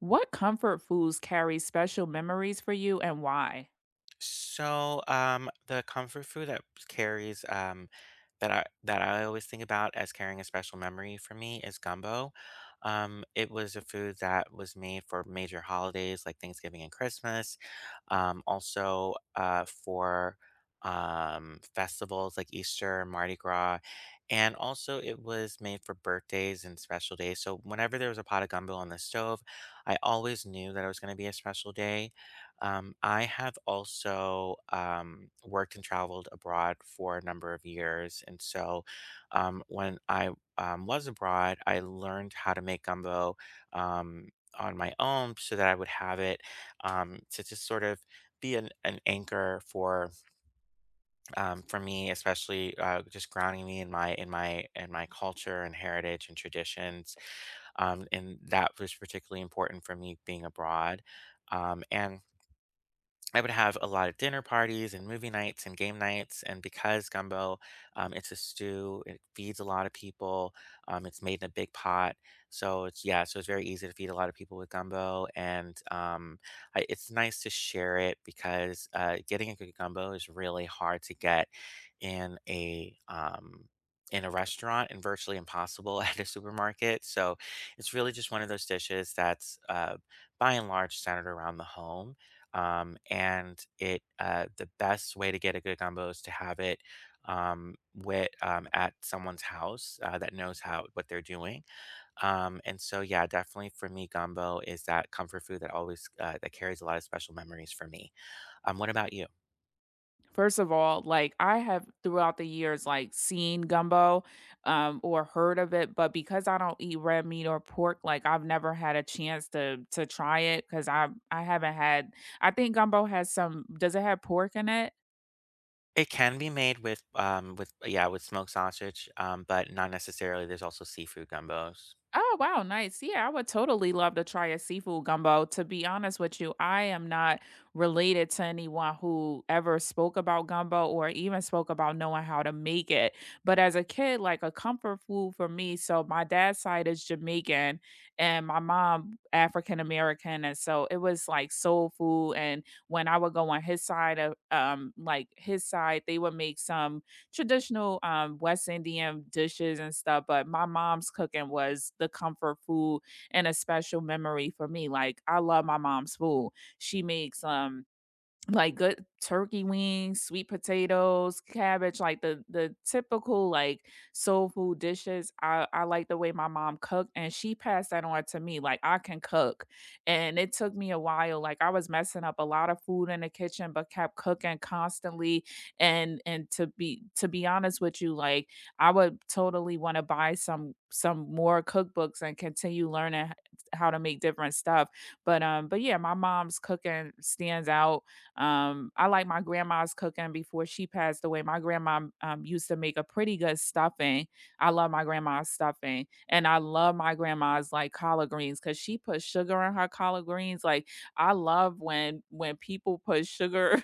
What comfort foods carry special memories for you and why? So, the comfort food that carries, um, that I always think about as carrying a special memory for me is gumbo. It was a food that was made for major holidays like Thanksgiving and Christmas, also for festivals like Easter and Mardi Gras, and also it was made for birthdays and special days. So whenever there was a pot of gumbo on the stove, I always knew that it was going to be a special day. I have also worked and traveled abroad for a number of years. And so when I was abroad, I learned how to make gumbo um, on my own so that I would have it, to just sort of be an anchor for me, especially just grounding me in my culture and heritage and traditions. And that was particularly important for me being abroad. And I would have a lot of dinner parties and movie nights and game nights. And because gumbo, it's a stew, it feeds a lot of people. It's made in a big pot, so it's, yeah, so it's very easy to feed a lot of people with gumbo. And it's nice to share it because getting a good gumbo is really hard to get in a, in a restaurant and virtually impossible at a supermarket. So it's really just one of those dishes that's by and large centered around the home. And it the best way to get a good gumbo is to have it with at someone's house that knows how what they're doing. And so, yeah, definitely for me, gumbo is that comfort food that always that carries a lot of special memories for me. What about you? First of all, I have throughout the years seen gumbo or heard of it, but because I don't eat red meat or pork, like I've never had a chance to try it cuz I haven't had I think gumbo has some, does it have pork in it? It can be made with with, yeah, with smoked sausage, but not necessarily. There's also seafood gumbos. Oh, wow, nice. Yeah, I would totally love to try a seafood gumbo. To be honest with you, I am not related to anyone who ever spoke about gumbo or even spoke about knowing how to make it. But as a kid, like a comfort food for me, so my dad's side is Jamaican and my mom African American, and so it was like soul food. And when I would go on his side of like his side, they would make some traditional West Indian dishes and stuff. But my mom's cooking was the comfort food and a special memory for me. Like I love my mom's food. She makes like good turkey wings, sweet potatoes, cabbage, like the typical like soul food dishes. I like the way my mom cooked and she passed that on to me. Like I can cook. And it took me a while. Like I was messing up a lot of food in the kitchen but kept cooking constantly and to be honest with you, like I would totally want to buy some more cookbooks and continue learning how to make different stuff. But yeah, my mom's cooking stands out. I like my grandma's cooking before she passed away. My grandma used to make a pretty good stuffing. I love my grandma's stuffing, and I love my grandma's like collard greens because she put sugar in her collard greens. Like I love when people put sugar.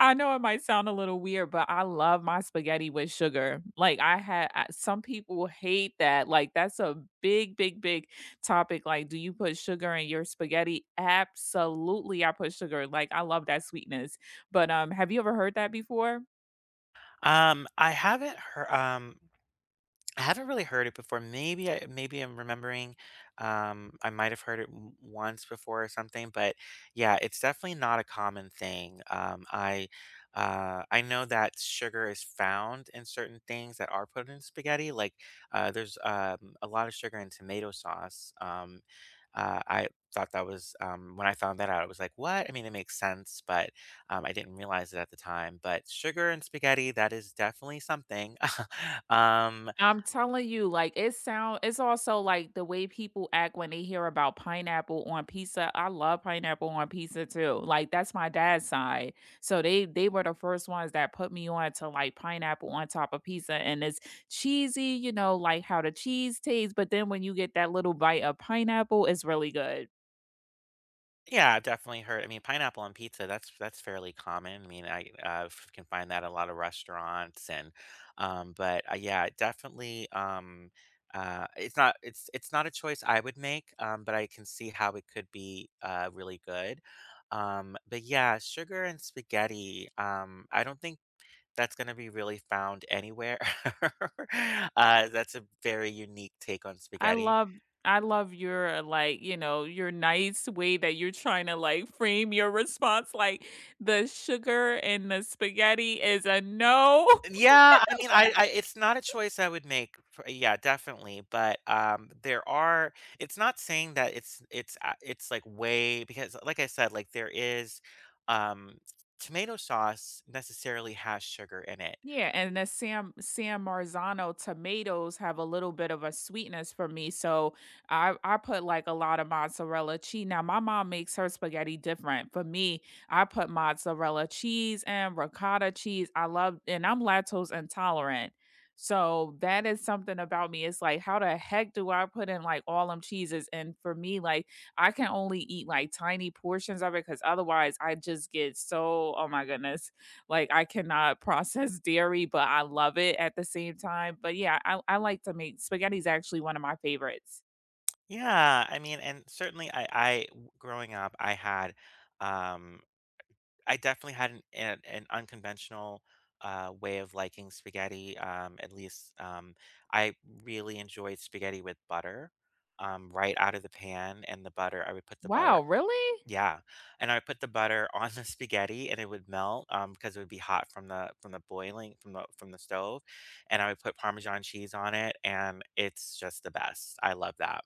I know it might sound a little weird, but I love my spaghetti with sugar. Like some people hate that. Like that's a big topic, like, do you put sugar in your spaghetti? Absolutely, I put sugar. Like I love that sweetness. But have you ever heard that before? I haven't heard. I haven't really heard it before. Maybe I, maybe I'm remembering. I might have heard it once before or something, but yeah, it's definitely not a common thing. I know that sugar is found in certain things that are put in spaghetti. Like, there's a lot of sugar in tomato sauce. I thought that was, when I found that out, I was like, what? I mean, it makes sense, but I didn't realize it at the time. But sugar and spaghetti, that is definitely something. um, I'm telling you, like it's also like the way people act when they hear about pineapple on pizza. I love pineapple on pizza too. Like that's my dad's side. So they were the first ones that put me on to like pineapple on top of pizza and it's cheesy, you know, like how the cheese tastes, but then when you get that little bite of pineapple, it's really good. Yeah, I've definitely heard. I mean, pineapple on pizza, that's fairly common. I mean, I, f can find that at a lot of restaurants, and, but yeah, it definitely, it's not it's it's not a choice I would make, but I can see how it could be, really good. But yeah, sugar and spaghetti, I don't think that's gonna be really found anywhere. That's a very unique take on I spaghetti. love I love your, like, you know, your nice way that you're trying to, like, frame your response, like, the sugar and the spaghetti is a no. Yeah, I mean, I it's not a choice I would make for, yeah, definitely, but, there are, it's not saying that it's like, way, because like I said, like, there is, um tomato sauce necessarily has sugar in it. Yeah, and the Sam San Marzano tomatoes have a little bit of a sweetness for me, so I put like a lot of mozzarella cheese. Now my mom makes her spaghetti different. For me, I put mozzarella cheese and ricotta cheese. I love, and I'm lactose intolerant, so that is something about me. It's like, how the heck do I put in like all them cheeses? And for me, like I can only eat like tiny portions of it because otherwise I just get so, oh my goodness. Like, I cannot process dairy, but I love it at the same time. But yeah, I like to make spaghetti's actually one of my favorites. Yeah, I mean, and certainly I w growing up, I had, um I definitely had an unconventional way of liking spaghetti. At least I really enjoyed spaghetti with butter, right out of the pan, and the butter. I would put the butter, Wow, really? yeah, and I would put the butter on the spaghetti, and it would melt because it would be hot from the boiling from the stove, and I would put Parmesan cheese on it, and it's just the best. I love that.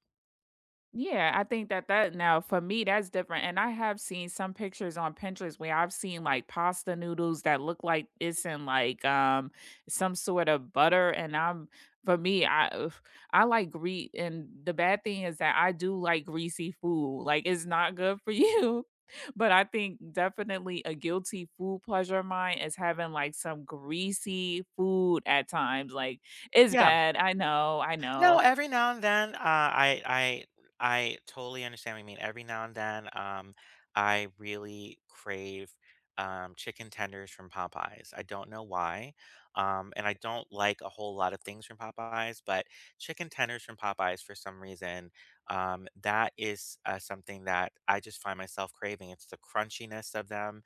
Yeah, I think that now for me that's different, and I have seen some pictures on Pinterest where I've seen like pasta noodles that look like it's in like some sort of butter, and I'm for me I ugh, I like grease, and the bad thing is that I do like greasy food. Like it's not good for you, but I think definitely a guilty food pleasure of mine is having like some greasy food at times. Like it's Yeah. bad, I know, I No, know. every now and then, I totally understand what you mean. Every now and then, I really crave chicken tenders from Popeyes. I don't know why, and I don't like a whole lot of things from Popeyes, but chicken tenders from Popeyes for some reason, that is something that I just find myself craving. It's the crunchiness of them.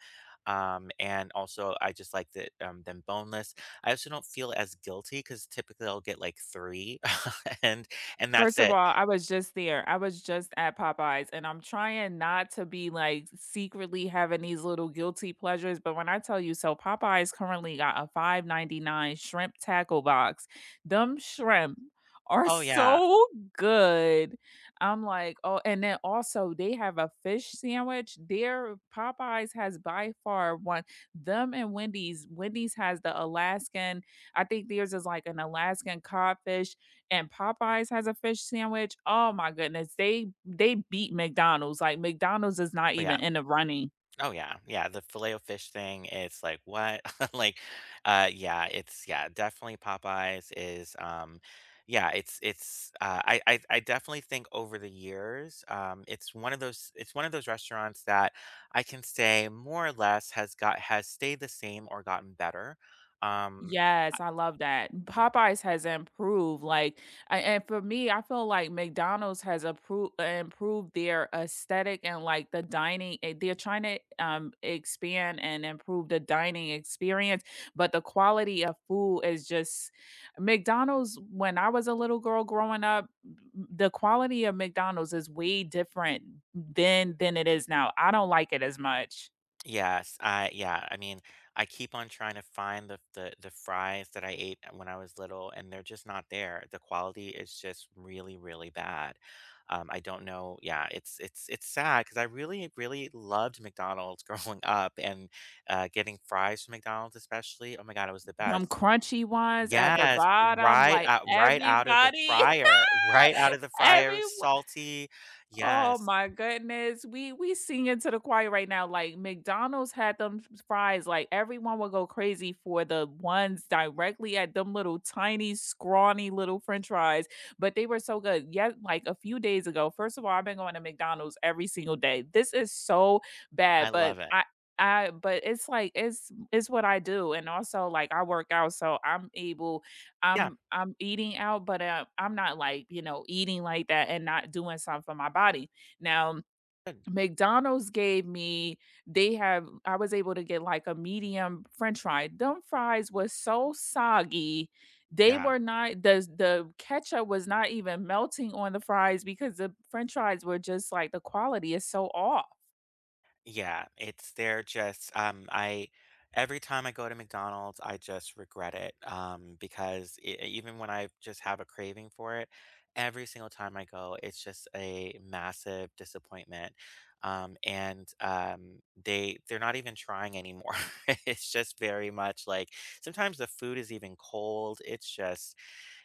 And also, I just like, them boneless. I also don't feel as guilty because typically I'll get like three and and First that's of it. all, I was just there. I was just at Popeyes, and I'm trying not to be, like, secretly having these little guilty pleasures, but when I tell you, so Popeyes currently got a 5.99 shrimp tackle box. Them shrimp are Oh, yeah. so good. I'm like, "Oh," and then also they have a fish sandwich. Their Popeyes has by far one, them and Wendy's has the Alaskan, I think theirs is like an Alaskan codfish, and Popeyes has a fish sandwich. Oh my goodness, they beat McDonald's, like, McDonald's is not Oh, yeah. even in the running. Oh, yeah. Yeah, the filet-o-fish thing, it's like, "What?" Like, yeah, it's, yeah, definitely Popeyes is, yeah, I definitely think over the years, it's one of those, it's one of those restaurants that I can say more or less has stayed the same or gotten better. Um, Yes, I love that. Popeyes has improved, like, a and for me, I feel like McDonald's has appro improved their aesthetic and, like, the they're trying to, expand and improve the dining experience, but the quality of food is just McDonald's, when I was a little girl growing up, the quality of McDonald's is way different than it is now. I don't like it as much. Yes, I yeah, I mean, I keep on trying to find the fries that I ate when I was little, and they're just not there. The quality is just really, really bad. I don't know. Yeah, it's sad because I really, really loved McDonald's growing up, and getting fries from McDonald's, especially. Oh my God, it was the Them best. crunchy ones at the Yes, bottom, like, right out of the everybody fryer, right out of the fryer, everyone. salty. Oh Yes, my goodness. We sing into the choir right now. Like McDonald's had them fries. Like everyone would go crazy for the ones directly at them little tiny, scrawny little French fries. But they were so good. Yet, like a few days ago. First of all, I've been going to McDonald's every single day. This is so bad. I But love it. I But it's like it's what I do. And also like I work out, so I'm able. Yeah, I'm eating out, but, I'm not, like, you know, eating like that and not doing something for my body. Now, good. McDonald's gave me, they have, I was able to get, like, a medium french fry. Them fries was so soggy. They Yeah. were not, the ketchup was not even melting on the fries because the french fries were just, like, the quality is so off. Yeah, it's they're just I every time I go to McDonald's, I just regret it because even when I just have a craving for it, every single time I go, it's just a massive disappointment. And they they're not even trying anymore. It's just very much like sometimes the food is even cold.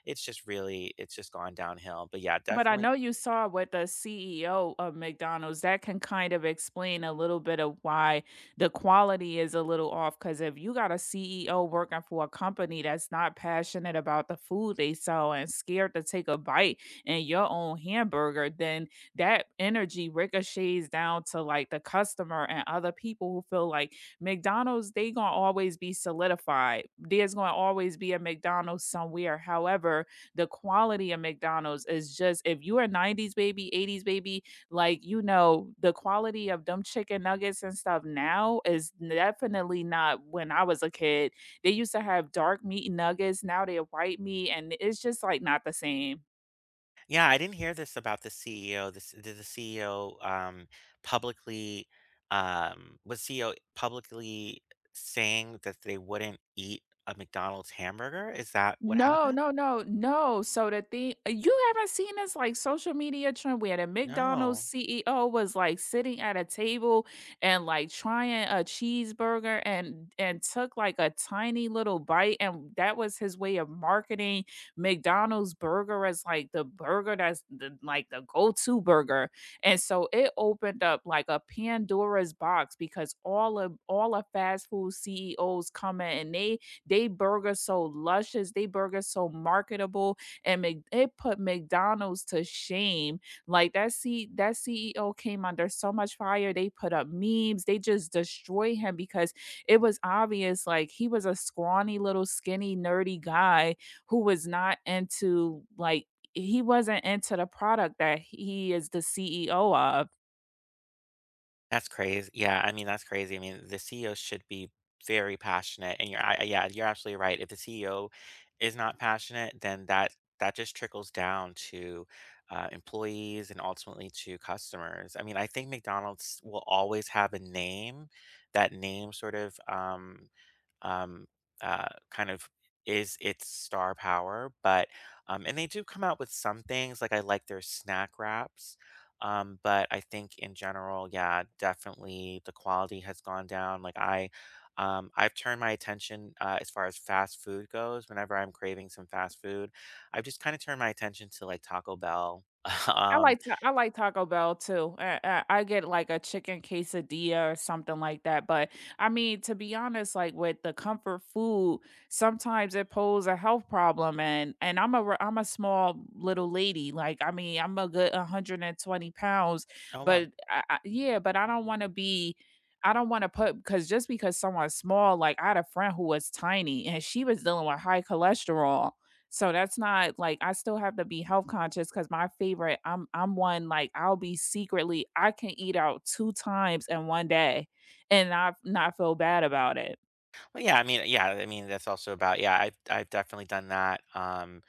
It's just really it's just gone downhill. But yeah, But I definitely. know you saw what the CEO of McDonald's, that can kind of explain a little bit of why the quality is a little off. Because if you got a CEO working for a company that's not passionate about the food they sell and scared to take a bite in your own hamburger, then that energy ricochets down to like the customer and other people who feel like McDonald's, they gonna always be solidified. There's gonna always be a McDonald's somewhere. However, the quality of McDonald's is just, if you are 90s baby, 80s baby, like you know, the quality of them chicken nuggets and stuff now is definitely not when I was a kid. They used to have dark meat nuggets, now they're white meat, and it's just like not the same. Yeah, I didn't hear this about the CEO. This did the CEO publicly, was CEO publicly saying that they wouldn't eat a McDonald's hamburger? Is that what No, happened? no, no, no. So the thing, you haven't seen this like social media trend where the McDonald's No. CEO was like sitting at a table and like trying a cheeseburger and took like a tiny little bite and that was his way of marketing McDonald's burger as like the burger that's the, like, the go-to burger. And so it opened up like a Pandora's box because all of fast food CEOs come in and they burger so luscious, they burger so marketable, and it put McDonald's to shame. Like that CEO came under so much fire. They put up memes. They just destroy him because it was obvious, like he was a scrawny little skinny nerdy guy who was not into like he wasn't into the product that he is the CEO of. That's crazy. Yeah, I mean, that's crazy. I mean, the CEO should be very passionate, and you're, yeah, you're absolutely right. If the CEO is not passionate, then that that just trickles down to employees and ultimately to customers. I mean, I think McDonald's will always have a name. That name sort of um, kind of is its star power. But and they do come out with some things like I like their snack wraps. But I think in general, yeah, definitely the quality has gone down. I've turned my attention, as far as fast food goes. Whenever I'm craving some fast food, I've just kind of turned my attention to like Taco Bell. Um, I like Taco Bell too. I get, like, a chicken quesadilla or something like that, but, I mean, to be honest, like, with the comfort food, sometimes it poses a health problem, and I'm a small little lady, like, I mean, I'm a good 120 pounds, oh wow. but I yeah, but I don't wanna be, I don't wanna put because just because someone's small, like, I had a friend who was tiny, and she was dealing with high cholesterol. So that's not, like I still have to be health conscious because my favorite, I'm one, like I'll be secretly I can eat out 2 times in one day and not feel bad about it. Well, yeah, I mean that's also about, yeah. I've definitely done that.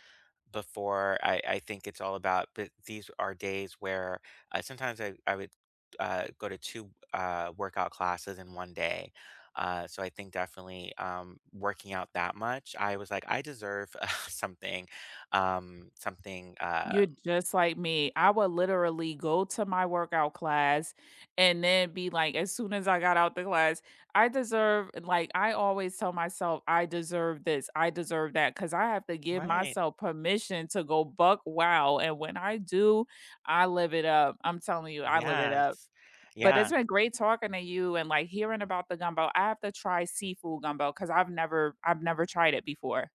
Before. I think it's all about, but these are days where sometimes I would go to two workout classes in one day. So I think definitely working out that much, I was like, I deserve something, something. You're just like me. I would literally go to my workout class and then be like, as soon as I got out the class, I deserve, like I always tell myself I deserve this, I deserve that, because I have to give Right. myself permission to go buck wow. And when I do, I live it up. I'm telling you, I live it up. Yes. But it's Yeah. been great talking to you and, like, hearing about the gumbo. I have to try seafood gumbo because 'cause I've never tried it before.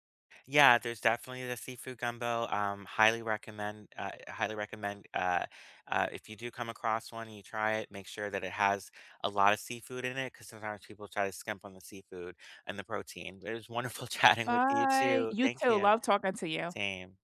Yeah, there's definitely the seafood gumbo. Highly recommend. Highly recommend. If you do come across one and you try it, make sure that it has a lot of seafood in it, because sometimes people try to skimp on the seafood and the protein. But it was wonderful chatting with you Bye. too. You Thank too. you. Love talking to you. Same.